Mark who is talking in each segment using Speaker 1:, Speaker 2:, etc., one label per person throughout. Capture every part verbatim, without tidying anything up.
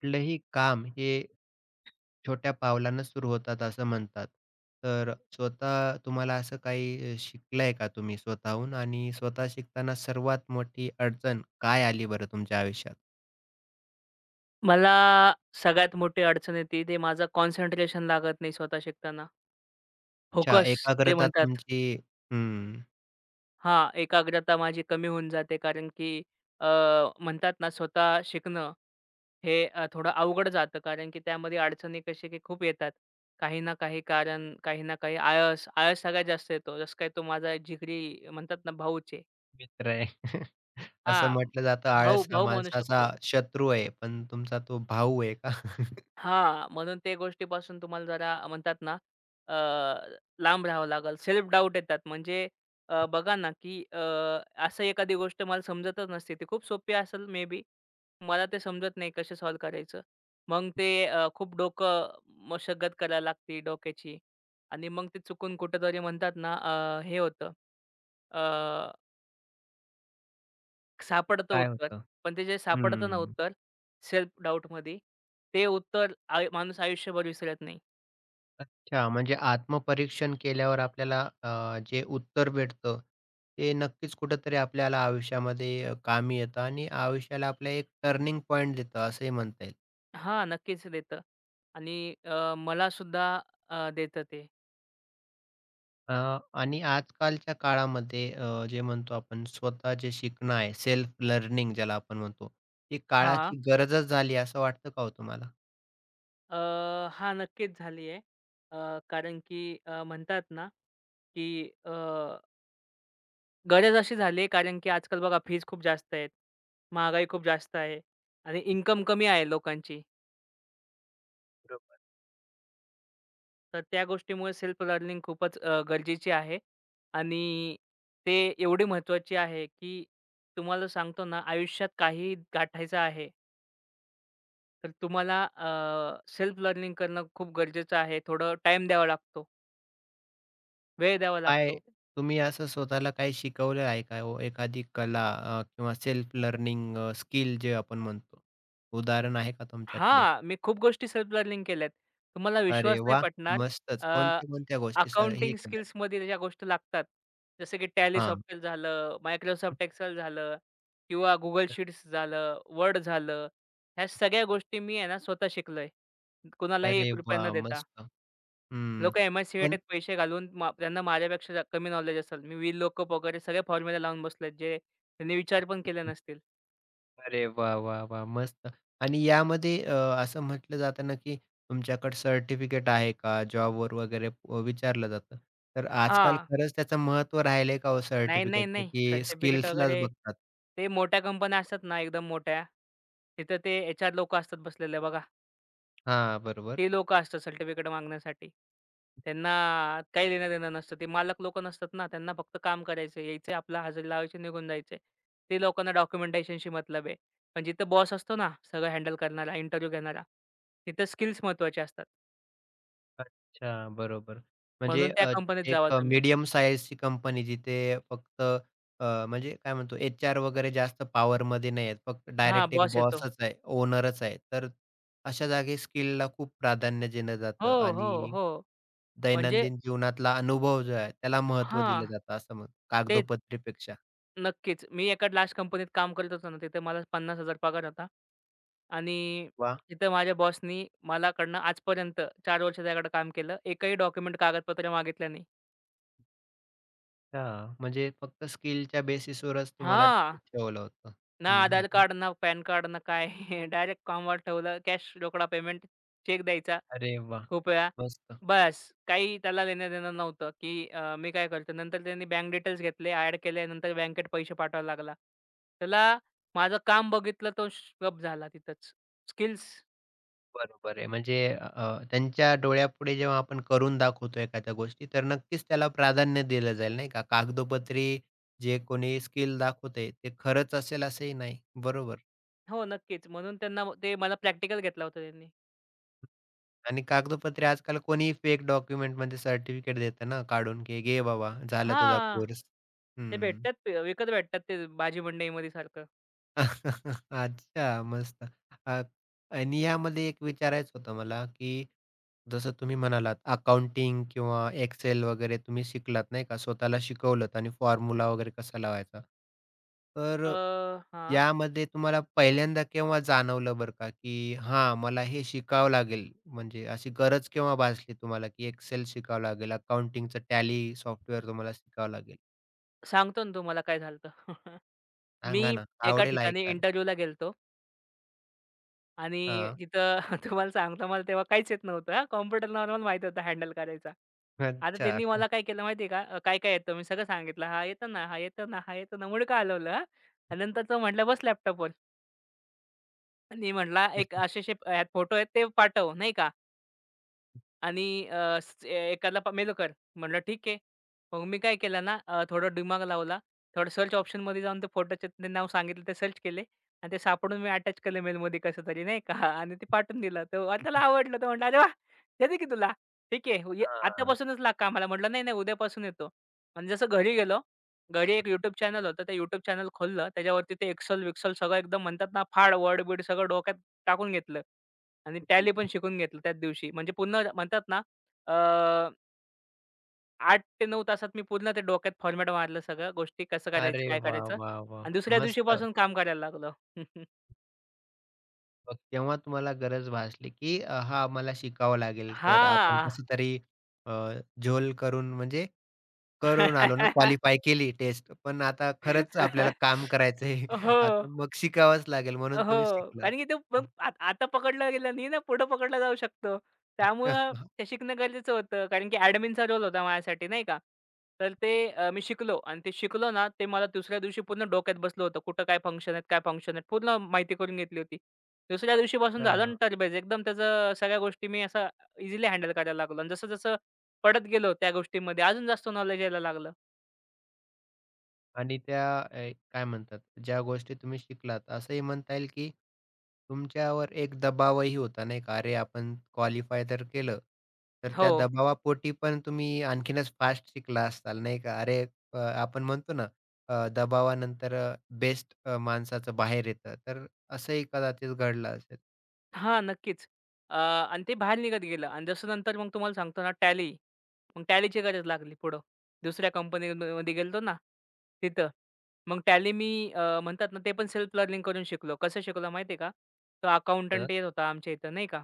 Speaker 1: कुठलंही काम हे छोट्या पावलानं सुरू होतात असं म्हणतात. तर स्वतः तुम्हाला असं काही अ, शिकलंय का तुम्ही स्वतःहून आणि स्वतः शिकताना सर्वात मोठी अडचण काय आली बरं तुमच्या आयुष्यात?
Speaker 2: मला सगळ्यात मोठी अडचण येते ते माझं कॉन्सन्ट्रेशन लागत नाही स्वतः शिकताना.
Speaker 1: अच्छा,
Speaker 2: फोकस जे
Speaker 1: एकाग्रता
Speaker 2: म्हणतात.
Speaker 1: तुमची हं,
Speaker 2: हां, एकाग्रता माझी कमी होऊन जाते कारण की अ, म्हणतात ना स्वतः शिकणं हे अ, थोडं अवघड जातं कारण की त्यामध्ये अडचणी कशी की खूप येतात. काही ना काही कारण, काही ना काही आळस, आळस सगळ्यात जास्त येतो. जसं काय तो माझा जिगरी म्हणतात ना भाऊच आहे.
Speaker 1: मित्र आहे. असं म्हटलं जातं
Speaker 2: भाऊ,
Speaker 1: आळस हा
Speaker 2: भाऊ म्हणू शकतो.
Speaker 1: माणसाचा शत्रू आहे, पण तुमचा तो भाऊ आहे का?
Speaker 2: हां, म्हणून ते गोष्टीपासून तुम्हाला जरा म्हणतात ना, अ, लांब राहावं लागेल. सेल्फ डाऊट येतात. म्हणजे अ, बघा ना, की अ, असं एखादी गोष्ट मला समजतच नसते. ती खूप सोपी असेल मे बी. मला ते समजत नाही कसं सॉल्व्ह करायचं. मग ते अ, खूप डोकं मशगत करायला लागते डोक्याची आणि मग ते चुकून कुठेतरी म्हणतात ना, अ, हे होतं, अ, सापडतं
Speaker 1: काय
Speaker 2: उत्तर.
Speaker 1: होतं?
Speaker 2: पण ते जे सापडतं ना
Speaker 1: हं.
Speaker 2: उत्तर सेल्फ डाऊटमध्ये, ते उत्तर आय माणूस आयुष्यभर विसरत नाही.
Speaker 1: अच्छा, म्हणजे आत्मपरीक्षण केल्यावर आपल्याला अ, जे उत्तर भेटतं, ते नक्कीच कुठेतरी आपल्याला आयुष्यामध्ये अ, कामी येतं आणि आयुष्याला आपल्या एक टर्निंग पॉइंट देतं असंही म्हणता येईल.
Speaker 2: हां, नक्कीच देतं आणि अ, मला सुद्धा अ, देतं ते.
Speaker 1: अ, आणि आजकालच्या काळामध्ये अ, जे म्हणतो आपण स्वतः जे शिकणं आहे, सेल्फ लर्निंग ज्याला आपण म्हणतो, ती
Speaker 2: हां.
Speaker 1: काळाची गरजच झाली असं वाटतं का हो तुम्हाला?
Speaker 2: अ, हां, नक्कीच झाली आहे. अ, कारण की अ, म्हणतात ना, की अ, गरज अशी झाली आहे कारण की आजकाल बघा फीज खूप जास्त आहेत. महागाई खूप जास्त आहे आणि इन्कम कमी आहे लोकांची.
Speaker 1: बरोबर.
Speaker 2: तर त्या गोष्टीमुळे सेल्फ लर्निंग खूपच अ, गरजेची आहे आणि ते एवढी महत्त्वाची आहे, की तुम्हाला सांगतो ना आयुष्यात काहीही गाठायचं आहे तर तुम्हाला अ, सेल्फ लर्निंग करणं खूप गरजेचं आहे. थोडं टाईम द्यावा लागतो, वेळ द्यावा
Speaker 1: काय
Speaker 2: लागतो.
Speaker 1: तुम्ही असं स्वतःला काही शिकवलं आहे का हो? एखादी कला अ, किंवा सेल्फ लर्निंग अ, स्किल जे आपण म्हणतो. उदाहरण आहे का तुमच्याकडे?
Speaker 2: हां, मी खूप गोष्टी सेल्फ लर्निंग केल्यात. तुम्हाला
Speaker 1: अरे
Speaker 2: विश्वास नाही
Speaker 1: वाह!
Speaker 2: पटणार.
Speaker 1: मस्तच.
Speaker 2: अ,
Speaker 1: कोणत्या-कोणत्या गोष्टी स हे
Speaker 2: अकाउंटिंग
Speaker 1: केल्यात?
Speaker 2: स्किल्समध्ये ज्या गोष्टी लागतात, जसं की टॅली
Speaker 1: हां.
Speaker 2: सॉफ्टवेअर झालं, Microsoft Excel झालं किंवा Google शीट्स झालं, Word झालं. ह्या सगळ्या गोष्टी मी आहे ना स्वतः शिकलोय. कुणालाही
Speaker 1: अरे
Speaker 2: एक रुपया न
Speaker 1: वाह!
Speaker 2: देता.
Speaker 1: मस्त. हं.
Speaker 2: लोकं
Speaker 1: पण
Speaker 2: एम-आय-सी-ईटीत पैसे घालून मा त्यांना माझ्यापेक्षा जा कमी नॉलेज असेल. मी व्हील लॉकअप वगैरे सगळे फॉर्म्युला लावून बसलेत, जे त्यांनी विचार पण केले नसतील.
Speaker 1: अरे वाह! वाह! वाह! मस्त. आणि यामध्ये अ, असं म्हटलं जातं ना, की तुमच्याकडे सर्टिफिकेट आहे का? जॉबवर वगैरे अ, विचारलं जातं. तर आजकाल
Speaker 2: हां.
Speaker 1: खरंच त्याचं महत्त्व राहिलंय का हो
Speaker 2: नाही, नाही,
Speaker 1: सर्टिफिकेटचं,
Speaker 2: नाही.
Speaker 1: की
Speaker 2: सर्टिफिकेट
Speaker 1: स्किल्सलाच
Speaker 2: वगैरे
Speaker 1: बघतात?
Speaker 2: ते मोठ्या कंपन्या असतात ना, एकदम मोठ्या, तिथं ते एच-आर लोकं असतात बसलेले बघा.
Speaker 1: हां, बरोबर.
Speaker 2: ते लोकं असतात सर्टिफिकेट मागण्यासाठी. त्यांना काही देणं-देणं नसतं. ते मालक लोक नसतात ना, त्यांना फक्त काम करायचं आहे, यायचं आहे, आपला हजेरी लावायची, निघून जायचं आहे. ते लोकांना डॉक्युमेंटेशनशी मतलब आहे. पण जिथं बॉस असतो ना, सगळं हँडल करणारा, इंटरव्ह्यू घेणारा, तिथं स्किल्स महत्त्वाचे असतात.
Speaker 1: अच्छा, बरोबर. म्हणजे
Speaker 2: म्हणून त्या
Speaker 1: अ,
Speaker 2: कंपनीत
Speaker 1: एक
Speaker 2: जावा
Speaker 1: अ,
Speaker 2: तुम्ही.
Speaker 1: मीडियम साइजची कंपनी जिथे फक्त अ, म्हणजे काय म्हणतो एच-आर वगैरे जास्त पॉवरमध्ये नाही आहेत. फक्त
Speaker 2: हां,
Speaker 1: डायरेक्ट एक
Speaker 2: बॉस येतो.
Speaker 1: बॉसच आहे, ओनरच आहे. तर अशा जागी स्किलला खूप प्राधान्य दिलं
Speaker 2: हो,
Speaker 1: जातं
Speaker 2: हो,
Speaker 1: आणि
Speaker 2: हो. म्हणजे
Speaker 1: दैनंदिन जीवनातला अनुभव जो आहे त्याला महत्त्व दिलं
Speaker 2: हां,
Speaker 1: जातं असं मग
Speaker 2: तेच.
Speaker 1: कागदोपत्रीपेक्षा.
Speaker 2: नक्कीच. मी एका लास्ट कंपनीत काम करत होतो ना, तिथे मला पन्नास हजार पगार होता. आणि
Speaker 1: वाह!
Speaker 2: तिथं माझ्या बॉसनी मलाकडनं आजपर्यंत चार वर्ष त्याकडे काम केलं. एकही डॉक्युमेंट, कागदपत्र मागितलं नाही.
Speaker 1: अच्छा, म्हणजे फक्त स्किलच्या बेसिसवरच तुम्हाला
Speaker 2: हां.
Speaker 1: ठेवलं होतं.
Speaker 2: ना
Speaker 1: हं, हं,
Speaker 2: आधार
Speaker 1: हं.
Speaker 2: कार्ड, ना पॅन कार्ड, ना काय. डायरेक्ट कामावर ठेवलं. कॅश रोकडा पेमेंट, चेक द्यायचा.
Speaker 1: अरे वाह!
Speaker 2: खूप वेळा.
Speaker 1: मस्त.
Speaker 2: बस काही त्याला देणं-देणं नव्हतं, की अ, मी काय करतो नंतर त्यांनी बँक डिटेल्स घेतले, ॲड केले, नंतर बँकेत पैसे पाठवायला लागला. त्याला माझं काम बघितलं तो स्टब्ब झाला तिथंच. स्किल्स.
Speaker 1: बरोबर आहे. म्हणजे अ, त्यांच्या डोळ्यापुढे जेव्हा आपण करून दाखवतो एखाद्या गोष्टी, तर नक्कीच त्याला प्राधान्य दिलं जाईल नाही का? कागदोपत्री जे कोणी स्किल दाखवतंय ते खरंच असेल असंही नाही. बरोबर
Speaker 2: हो, नक्कीच. म्हणून त्यांना ते मला प्रॅक्टिकल घेतला होता त्यांनी.
Speaker 1: आणि कागदोपत्री आजकाल कोणी फेक डॉक्युमेंट डॉक्युमेंटमध्ये सर्टिफिकेट देतं ना काढून, की "घे बाबा, झाला तुझा
Speaker 2: हां,
Speaker 1: कोर्स."
Speaker 2: ते
Speaker 1: हं.
Speaker 2: भेटतात ते विकत भेटतात ते भाजी मंडईमध्ये सारखं.
Speaker 1: अच्छा, मस्त. अ, आणि यामध्ये एक विचारायचं होतं मला, की जसं तुम्ही म्हणालात अकाउंटिंग किंवा एक्सेल वगैरे तुम्ही शिकलात नाही का, स्वतःला शिकवलत आणि फॉर्म्युला वगैरे कसा लावायचा. तर
Speaker 2: अ,
Speaker 1: अ,
Speaker 2: हां,
Speaker 1: यामध्ये तुम्हाला पहिल्यांदा केव्हा जाणवलं बरं का, की हां, मला हे शिकावं लागेल? म्हणजे अशी गरज केव्हा भासली तुम्हाला, की एक्सेल शिकावं लागेल, अकाउंटिंगचं टॅली सॉफ्टवेअर तुम्हाला शिकावं लागेल?
Speaker 2: सांगतो ना तुम्हाला काय झालं.
Speaker 1: सांगा
Speaker 2: मी
Speaker 1: ना,
Speaker 2: एका
Speaker 1: आवडेल
Speaker 2: ठिकाणी
Speaker 1: ऐकायला.
Speaker 2: इंटरव्ह्यूला गेलो आणि
Speaker 1: हां,
Speaker 2: तिथं तुम्हाला सांगतो मला तेव्हा काहीच येत नव्हतं हां. कॉम्प्युटर नॉर्मल माहीत होतं हँडल करायचा. आता
Speaker 1: अच्छा.
Speaker 2: त्यांनी मला काय केलं माहिती आहे का, अ, काय-काय येतं मी सगळं सांगितलं. हा येतं ना, हां, येतं ना, हां, येतं ना." मुडकं हलवलं हां. आणि नंतर तो म्हटला, "बस लॅपटॉपवर." आणि म्हटला, "एक असे-असे ह्यात फोटो आहेत ते पाठव." नाही का. आणि अ, स ए- एकाला प मेलो कर. म्हटलं ठीक आहे. मग मी काय केलं ना अ, थोडा दिमाग लावला. थोडं सर्च ऑप्शनमध्ये जाऊन ते फोटोचे ते नाव सांगितलं ते सर्च केले आणि ते सापडून मी अटॅच केलं मेलमध्ये तरी नाही का. आणि ते पाठवून दिलं. तर त्याला आवडलं. तो म्हटला, "अरे वाह! देते की तुला." ठीक आहे. ये
Speaker 1: हां.
Speaker 2: आतापासूनच लाग कामाला. म्हटलं, "नाही, नाही उद्यापासून येतो." आणि जसं घरी गेलो. घरी एक YouTube चॅनल होतं. ते YouTube चॅनल खोललं. त्याच्यावरती ते एक्सेल-विक्सेल सगळं एकदम म्हणतात ना फाड वर्ड-बीड सगळं डोक्यात टाकून घेतलं. आणि टॅली पण शिकून घेतलं त्याच दिवशी. म्हणजे पूर्ण म्हणतात ना अ, आठ ते नऊ तासात मी पूर्ण ते डोक्यात फॉर्मॅट मारलं सगळं. गोष्टी कसं करायचं,
Speaker 1: अरे
Speaker 2: काय
Speaker 1: वाह!
Speaker 2: करायचं
Speaker 1: वाह! वाह!
Speaker 2: आणि दुसऱ्या
Speaker 1: मस्त.
Speaker 2: दिवशीपासून काम करायला लागलो.
Speaker 1: मग तेव्हा तुम्हाला गरज भासली, की अ, हां, मला शिकावं लागेल. तर आपण
Speaker 2: हां.
Speaker 1: कसं तरी अ, झोल करून म्हणजे करून आलो ना, क्वालिफाय केली टेस्ट. पण आता खरंच आपल्याला काम करायचं आहे. आता
Speaker 2: हो.
Speaker 1: मग शिकावंच लागेल म्हणून
Speaker 2: अ,
Speaker 1: तुम्ही
Speaker 2: हो.
Speaker 1: शिकलात.
Speaker 2: कारण की ते मग आत आता पकडलं गेलं नाही ना, पुढं पकडला जाऊ शकतो. त्यामुळं ते शिकणं गरजेचं होतं. कारण की ॲडमिनचा रोल होता माझ्यासाठी नाही का. तर ते अ, मी शिकलो आणि ते शिकलो ना, ते मला दुसऱ्या दिवशी पूर्ण डोक्यात बसलं होतं. कुठं काय फंक्शन आहेत, काय फंक्शन आहेत, पूर्ण माहिती करून घेतली होती. दुसऱ्या दिवशीपासून झालं
Speaker 1: अच्छा.
Speaker 2: ना तरबेज. एकदम त्याचं सगळ्या गोष्टी मी असं इझिली हँडल करायला लागलो आणि जसं-जसं पडत गेलो त्या गोष्टींमध्ये अजून जास्त नॉलेज यायला लागलं.
Speaker 1: आणि त्या ए, काय म्हणतात, ज्या गोष्टी तुम्ही शिकलात, असंही म्हणता येईल की तुमच्यावर एक दबावही होता, नाही का? अरे, आपण क्वालिफाय तर केलं, तर
Speaker 2: हो.
Speaker 1: त्या दबावापोटी पण तुम्ही आणखीनच फास्ट शिकला असाल, नाही का? अरे, अ, आपण म्हणतो ना, अ, दबावानंतर अ, बेस्ट अ, माणसाचं बाहेर येतं, तर असंही कदाचित घडलं असेल.
Speaker 2: हा नक्कीच. अ, आणि ते बाहेर निघत गेलं आणि जसं नंतर मग तुम्हाला सांगतो ना टॅली. मग टॅलीची गरज लागली पुढं. दुसऱ्या कंपनीमध्ये गेलतो ना, तिथं. मग टॅली मी अ, म्हणतात ना ते पण सेल्फ लर्निंग करून शिकलो. कसं शिकलो माहिती आहे का? तो
Speaker 1: तर
Speaker 2: अकाउंटंट येत होता आमच्या इथं नाही का?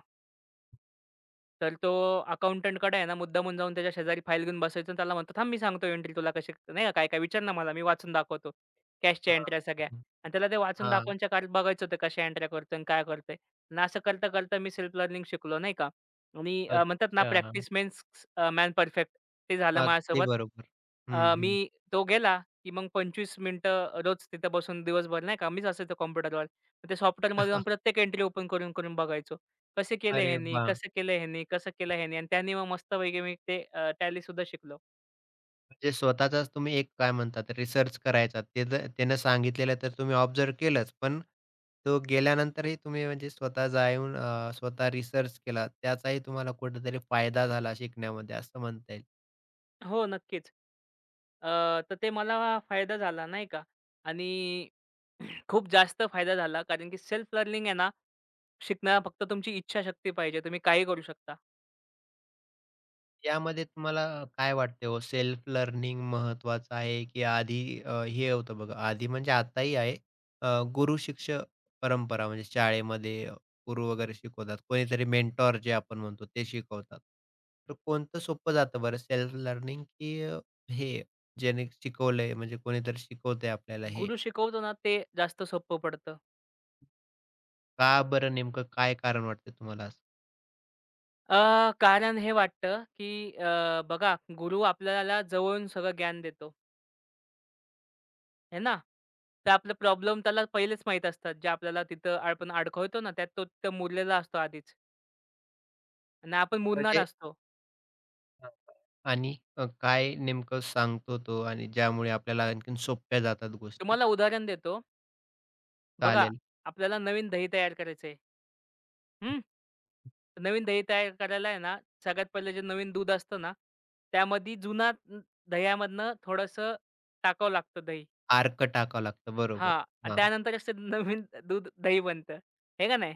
Speaker 2: तर तो अकाउंटंटकडे आहे ना मुद्दामून जाऊन त्याच्या शेजारी फाईल घेऊन बसायचं आणि त्याला म्हणतो, "थांब मी सांगतो एंट्री तुला कशी नाही का काय-काय विचार ना मला मी वाचून दाखवतो." कॅशच्या
Speaker 1: हां,
Speaker 2: एंट्र्या सगळ्या
Speaker 1: हं,
Speaker 2: आणि त्याला ते वाचून दाखवूनच्या काळात बघायचं होतं कशा एंट्र्या करतोय आणि काय करतोय आणि असं करता-करता मी सेल्फ लर्निंग शिकलो नाही का आणि अ, म्हणतात ना
Speaker 1: अच्छा.
Speaker 2: Practice makes man perfect. ते झालं
Speaker 1: अगदी
Speaker 2: माझ्यासोबत.
Speaker 1: बरोबर. हं,
Speaker 2: अ,
Speaker 1: हं.
Speaker 2: मी तो गेला की मग पंचवीस मिनिटं रोज तिथं बसून दिवसभर नाही का मीच असायचो कॉम्प्युटरवर. ते सॉफ्टवेअरमध्ये जाऊन प्रत्येक एंट्री ओपन करून-करून बघायचो. कसं केलं
Speaker 1: अरे
Speaker 2: ह्यानी,
Speaker 1: वाह!
Speaker 2: कसं केलं ह्यानी, कसं केलं ह्यानी आणि त्यानी मग मस्तपैकी मी ते टॅली सुद्धा शिकलो.
Speaker 1: म्हणजे स्वतःचाच तुम्ही एक काय म्हणतात रिसर्च करायचा. ते जर त्यानं सांगितलेलं तर तुम्ही ऑब्झर्व्ह केलंच, पण तो गेल्यानंतरही तुम्ही म्हणजे स्वतः जाऊन अ, स्वतः रिसर्च केला. त्याचाही तुम्हाला कुठेतरी फायदा झाला शिकण्यामध्ये असं म्हणता येईल.
Speaker 2: हो, नक्कीच. अ, तर ते मला फायदा झाला नाही का आणि खूप जास्त फायदा झाला कारण की सेल्फ लर्निंग आहे ना, शिकण्याला फक्त तुमची इच्छाशक्ती पाहिजे. तुम्ही काही करू शकता.
Speaker 1: यामध्ये तुम्हाला काय वाटते हो सेल्फ लर्निंग महत्त्वाचं आहे, की आधी अ, हे होतं बघा आधी म्हणजे आताही आहे अ, गुरु शिष्य परंपरा म्हणजे शाळेमध्ये गुरु वगैरे शिकवतात. कोणीतरी मेंटॉर जे आपण म्हणतो ते शिकवतात. तर कोणतं सोपं जातं बरं सेल्फ लर्निंग, की अ, हे ज्याने शिकवलंय म्हणजे कोणीतरी शिकवतंय आपल्याला हे?
Speaker 2: गुरु शिकवतो ना, ते जास्त सोपं पडतं.
Speaker 1: का बरं नेमकं काय कारण वाटतं तुम्हाला असं?
Speaker 2: अ, कारण हे वाटतं, की अ, बघा गुरु आपल्याला जवळून सगळं ज्ञान देतो. आहे ना? तर आपले प्रॉब्लेम त्याला पहिलेच माहीत असतात, जे आपल्याला तिथं आपण अडकवतो ना, त्यात तो तिथं मुरलेला असतो आधीच आणि आपण मुरणार
Speaker 1: म्हणजे
Speaker 2: असतो.
Speaker 1: हां, आणि अ, काय नेमकं सांगतो तो आणि ज्यामुळे आपल्याला आणखीन सोप्या जातात गोष्टी?
Speaker 2: तुम्हाला उदाहरण देतो. बघा,
Speaker 1: चालेल.
Speaker 2: आपल्याला नवीन दही तयार करायचं आहे. हं. नवीन दही तयार करायला आहे ना, सगळ्यात पहिले जे नवीन दूध असतं ना, त्यामध्ये जुना अ, दह्यामधनं थोडंसं टाकावं लागतं दही.
Speaker 1: आर्क टाकावं लागतं. बरोबर.
Speaker 2: हां. आणि
Speaker 1: हां,
Speaker 2: त्यानंतर असं नवीन दूध, दही बनतं. हे का नाही?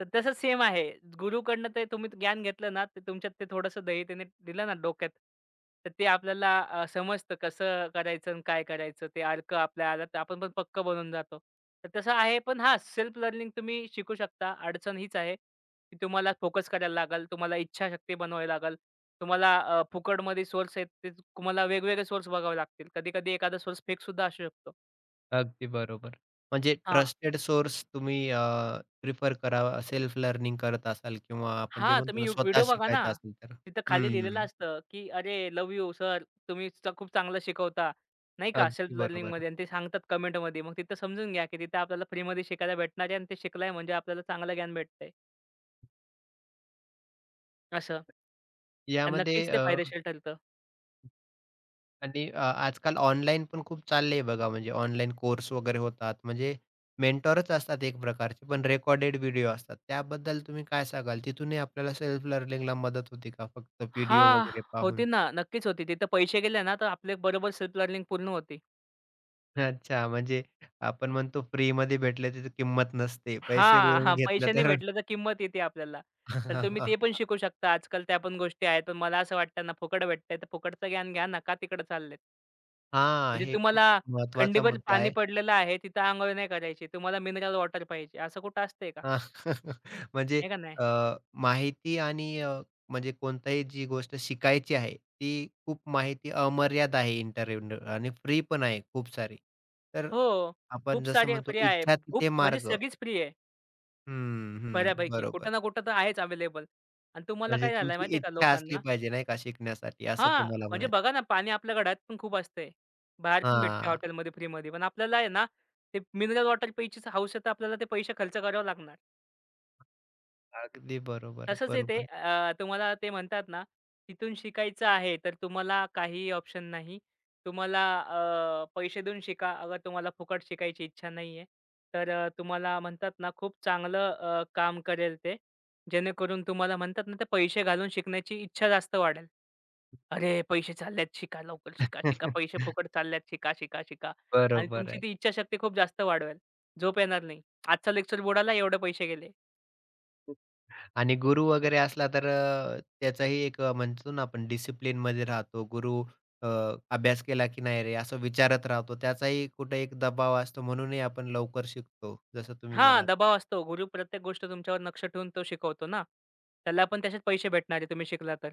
Speaker 2: तर तसं सेम आहे. गुरुकडनं ते तुम्ही ज्ञान घेतलं ना, तर तुमच्यात ते थोडंसं दही त्याने दिलं ना डोक्यात, तर ते आपल्याला अ, समजतं कसं करायचं आणि काय करायचं. ते अर्क आपल्या आलं तर आपण पण पक्कं बनून जातो. तर तसं आहे. पण हां, सेल्फ लर्निंग तुम्ही शिकू शकता. अडचण हीच आहे, की तुम्हाला फोकस करायला लागेल. तुम्हाला इच्छाशक्ती बनवावी लागेल. तुम्हाला अ, फुकटमध्ये सोर्स आहेत, ते तुम्हाला वेगवेगळे सोर्स बघावे लागतील. कधी-कधी एखादा सोर्स फेकसुद्धा असू शकतो.
Speaker 1: अगदी बरोबर. म्हणजे
Speaker 2: हां.
Speaker 1: ट्रस्टेड सोर्स तुम्ही अ, प्रिफर करावा सेल्फ लर्निंग करत असाल किंवा आपण जे
Speaker 2: हां,
Speaker 1: म्हणतो
Speaker 2: तुम्ही
Speaker 1: ना
Speaker 2: यू
Speaker 1: स्वतः
Speaker 2: व्हिडिओ बघा ना.
Speaker 1: शिकायचं असेल तर.
Speaker 2: तिथं खाली लिहिलेलं
Speaker 1: हं,
Speaker 2: असतं, की "अरे लव्ह यू सर, तुम्ही च खूप चांगलं शिकवता." नाही का सेल्फ
Speaker 1: अगदी बरोबर.
Speaker 2: लर्निंगमध्ये आणि ते सांगतात कमेंटमध्ये. मग तिथं समजून घ्या, की तिथं आपल्याला फ्रीमध्ये शिकायला भेटणार आहे आणि ते शिकलंय म्हणजे आपल्याला चांगलं ज्ञान भेटतंय असं. आणि
Speaker 1: यामध्ये
Speaker 2: नक्कीच ते
Speaker 1: अ,
Speaker 2: फायदेशीर ठरतं.
Speaker 1: आणि अ, आजकाल ऑनलाईन पण खूप चाललंय बघा म्हणजे ऑनलाईन कोर्स वगैरे होतात. म्हणजे मेंटॉरच असतात एक प्रकारचे पण रेकॉर्डेड व्हिडिओ असतात. त्याबद्दल तुम्ही काय सांगाल? तिथूनही आपल्याला सेल्फ लर्निंगला मदत होते का फक्त व्हिडिओ
Speaker 2: हां,
Speaker 1: वगैरे
Speaker 2: होती
Speaker 1: पाहून?
Speaker 2: ना. नक्कीच होती. तिथं पैसे गेले ना, तर आपले बरोबर सेल्फ लर्निंग पूर्ण होती.
Speaker 1: अच्छा, म्हणजे आपण म्हणतो फ्रीमध्ये भेटले त्याची किंमत नसते. पैसे
Speaker 2: हां,
Speaker 1: मिळवून
Speaker 2: हां.
Speaker 1: घेतलं
Speaker 2: पैसे
Speaker 1: तर
Speaker 2: नाही तर किंमत येते आपल्याला. तर तुम्ही ते पण शिकू शकता. आजकाल त्या पण गोष्टी आहेत. पण मला असं वाटतं ना, फुकट भेटतंय तर फुकटचं ज्ञान घ्या. नका तिकडे चाललेत.
Speaker 1: हां,
Speaker 2: म्हणजे
Speaker 1: हे पण
Speaker 2: तुम्हाला
Speaker 1: खूप महत्त्वाचा
Speaker 2: खंडीभर
Speaker 1: मुद्दा
Speaker 2: पाणी
Speaker 1: आहे.
Speaker 2: पडलेलं आहे, तिथं अंघोळ नाही करायची. तुम्हाला मिनरल वॉटर पाहिजे, असं कुठं असतंय का?
Speaker 1: हा, म्हणजे
Speaker 2: आहे का नाही?
Speaker 1: अ, माहिती आणि अ, म्हणजे कोणताही जी गोष्ट शिकायची आहे, ती खूप माहिती अमर्याद आहे इंटरनेटवर आणि फ्री पण आहे खूप सारी. तर
Speaker 2: हो. खूप
Speaker 1: आपण जसं
Speaker 2: सारे
Speaker 1: म्हणतो
Speaker 2: फ्री आहे.
Speaker 1: इच्छा
Speaker 2: खूप
Speaker 1: तिथे
Speaker 2: म्हणजे
Speaker 1: मार्ग.
Speaker 2: सगळीच फ्री आहे
Speaker 1: हं, हं.
Speaker 2: बऱ्यापैकी.
Speaker 1: बरोबर.
Speaker 2: कुठं ना कुठं तर आहेच अवेलेबल. आणि तुम्हाला
Speaker 1: म्हणजे
Speaker 2: काय झालंय
Speaker 1: तुमची
Speaker 2: माहिती का
Speaker 1: इच्छा असली
Speaker 2: लोकांना.
Speaker 1: पाहिजे नाही का शिकण्यासाठी असं
Speaker 2: हां,
Speaker 1: तुम्हाला
Speaker 2: म्हणजे
Speaker 1: म्हणायचं.
Speaker 2: बघा ना पाणी आपल्या घरात पण खूप असतंय. बाहेर पण भेटते
Speaker 1: हां.
Speaker 2: हॉटेलमध्ये फ्रीमध्ये. पण आपल्याला आहे ना, ते मिनरल वॉटर प्यायचीच हौस आहे, तर आपल्याला ते पैसे खर्च करावे लागणार.
Speaker 1: अगदी बरोबर,
Speaker 2: तसंच आहे ते
Speaker 1: बरोबर.
Speaker 2: अ, तुम्हाला ते म्हणतात ना, तिथून शिकायचं आहे तर तुम्हाला काहीही ऑप्शन नाही. तुम्हाला अ, पैसे देऊन शिका. अगर तुम्हाला फुकट शिकायची इच्छा नाहीये, तर अ, तुम्हाला म्हणतात ना, खूप चांगलं अ, काम करेल ते. जेणेकरून तुम्हाला म्हणतात ना, ते पैसे घालून शिकण्याची इच्छा जास्त वाढेल. "अरे, पैसे चाललेत, शिका लवकर, शिका, शिका. पैसे फुकट चाललेत, शिका, शिका, शिका." आणि
Speaker 1: बरोबर
Speaker 2: तुमची
Speaker 1: आहे.
Speaker 2: ती इच्छाशक्ती खूप जास्त वाढवेल. झोप येणार नाही. आजचा लेक्चर बुडाला, एवढे पैसे गेले.
Speaker 1: आणि गुरु वगैरे असला तर अ, त्याचाही एक अ, म्हणतो ना आपण डिसिप्लिनमध्ये राहतो. गुरु अ, अभ्यास केला की नाही रे असं विचारत राहतो. त्याचाही कुठे एक दबाव असतो म्हणूनही आपण लवकर शिकतो, जसं तुम्ही
Speaker 2: हां,
Speaker 1: म्हणाल.
Speaker 2: दबाव असतो. गुरु प्रत्येक गोष्ट तुमच्यावर लक्ष ठेवून तो शिकवतो ना. त्याला पण त्याच्यात पैसे भेटणार तुम्ही शिकला तर,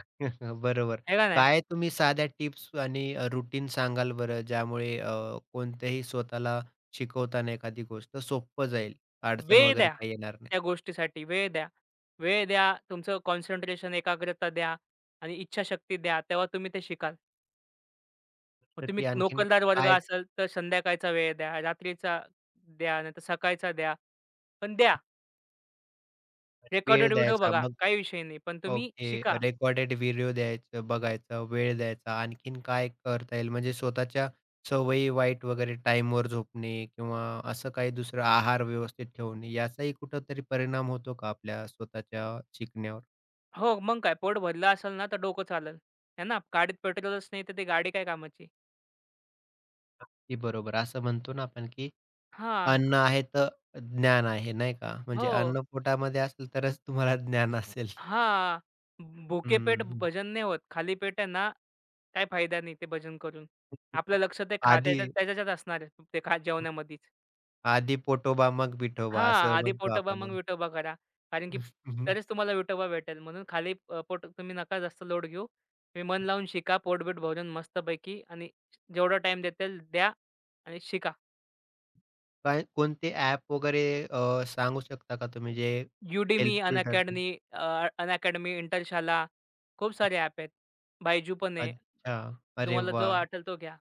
Speaker 1: बरोबर.
Speaker 2: आहे का नाही?
Speaker 1: काय तुम्ही साध्या टिप्स आणि अ, सांगाल बरं ज्यामुळे अ, कोणत्याही स्वतःला शिकवताना एखादी गोष्ट सोपं जाईल, अडचण
Speaker 2: वेळ
Speaker 1: वगैरे
Speaker 2: द्या
Speaker 1: काही येणार नाही.
Speaker 2: त्या गोष्टीसाठी. वेळ द्या. वेळ द्या, तुमचं कॉन्सन्ट्रेशन, एकाग्रता द्या आणि इच्छाशक्ती द्या. तेव्हा तुम्ही ते शिकाल. मग तुम्ही
Speaker 1: त्यासाठी आणखीन
Speaker 2: नोकरदार वर्ग
Speaker 1: काय
Speaker 2: असाल तर संध्याकाळचा वेळ द्या, रात्रीचा द्या, नाहीतर सकाळचा द्या. पण द्या.
Speaker 1: वेळ
Speaker 2: रेकॉर्डेड व्हिडिओ
Speaker 1: द्यायचा
Speaker 2: बघा,
Speaker 1: मग
Speaker 2: काही विषय नाही. पण तुम्ही
Speaker 1: ओके.
Speaker 2: शिका.
Speaker 1: रेकॉर्डेड व्हिडिओ द्यायचं, बघायचं, वेळ द्यायचा. आणखीन काय करता येईल? म्हणजे स्वतःच्या सवयी वाईट वगैरे टाईमवर झोपणे किंवा असं काही दुसरं आहार व्यवस्थित ठेवणे याचाही कुठेतरी परिणाम होतो का आपल्या स्वतःच्या शिकण्यावर?
Speaker 2: हो, मग काय पोट भरलं असेल ना, तर डोकं चालेल. आहे ना? गाडीत पेट्रोलच नाही तर ती गाडी काय कामाची?
Speaker 1: ते बरोबर. असं म्हणतो ना आपण, की
Speaker 2: हां.
Speaker 1: अन्न आहे तर ज्ञान आहे, नाही का? म्हणजे
Speaker 2: हो.
Speaker 1: अन्न पोटामध्ये असेल तरच तुम्हाला ज्ञान असेल.
Speaker 2: हां. भुके पेट
Speaker 1: हं,
Speaker 2: भजन नाही होत. खाली पेट आहे ना, काही फायदा नाही ते भजन करून. आपलं लक्ष ते खा
Speaker 1: आधी
Speaker 2: त्याच्या त्याच्यात असणार आहे. ते खा जेवणामध्येच.
Speaker 1: आधी पोटोबा मग विठोबा
Speaker 2: हां.
Speaker 1: असं
Speaker 2: आधी
Speaker 1: म्हणतो
Speaker 2: पोटोबा मग
Speaker 1: आपण.
Speaker 2: विठोबा करा. कारण की तरच तुम्हाला विठोबा भेटेल. म्हणून खाली अ, पोट तुम्ही नका जास्त लोड घेऊ. तुम्ही मन लावून शिका. पोटबीट भरून मस्तपैकी आणि जेवढा टाईम देता द्या आणि शिका.
Speaker 1: काय कोणते ॲप वगैरे अ, सांगू शकता का तुम्ही जे
Speaker 2: Udemy,
Speaker 1: हेल्पफुल ठरतील?
Speaker 2: अनअकॅडमी, अनअकॅडमी, इंटरशाला खूप सारे ॲप आहेत. बायजू पण आहे.
Speaker 1: अच्छा. अरे
Speaker 2: तुम्हाला जो
Speaker 1: वाह!
Speaker 2: वाटेल तो घ्या.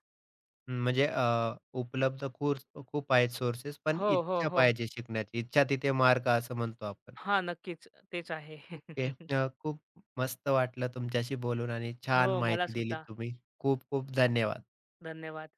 Speaker 1: म्हणजे अ, उपलब्ध कोर्स खूप आहेत सोर्सेस, पण
Speaker 2: हो, हो,
Speaker 1: इच्छा
Speaker 2: हो.
Speaker 1: पाहिजे शिकण्याची. इच्छा तिथे मार्ग असं म्हणतो आपण.
Speaker 2: हां, नक्कीच. तेच आहे.
Speaker 1: ओके. अ, खूप मस्त वाटलं तुमच्याशी बोलून आणि छान
Speaker 2: हो, मला
Speaker 1: माहिती दिली
Speaker 2: सुद्धा.
Speaker 1: तुम्ही. खूप खूप धन्यवाद.
Speaker 2: धन्यवाद.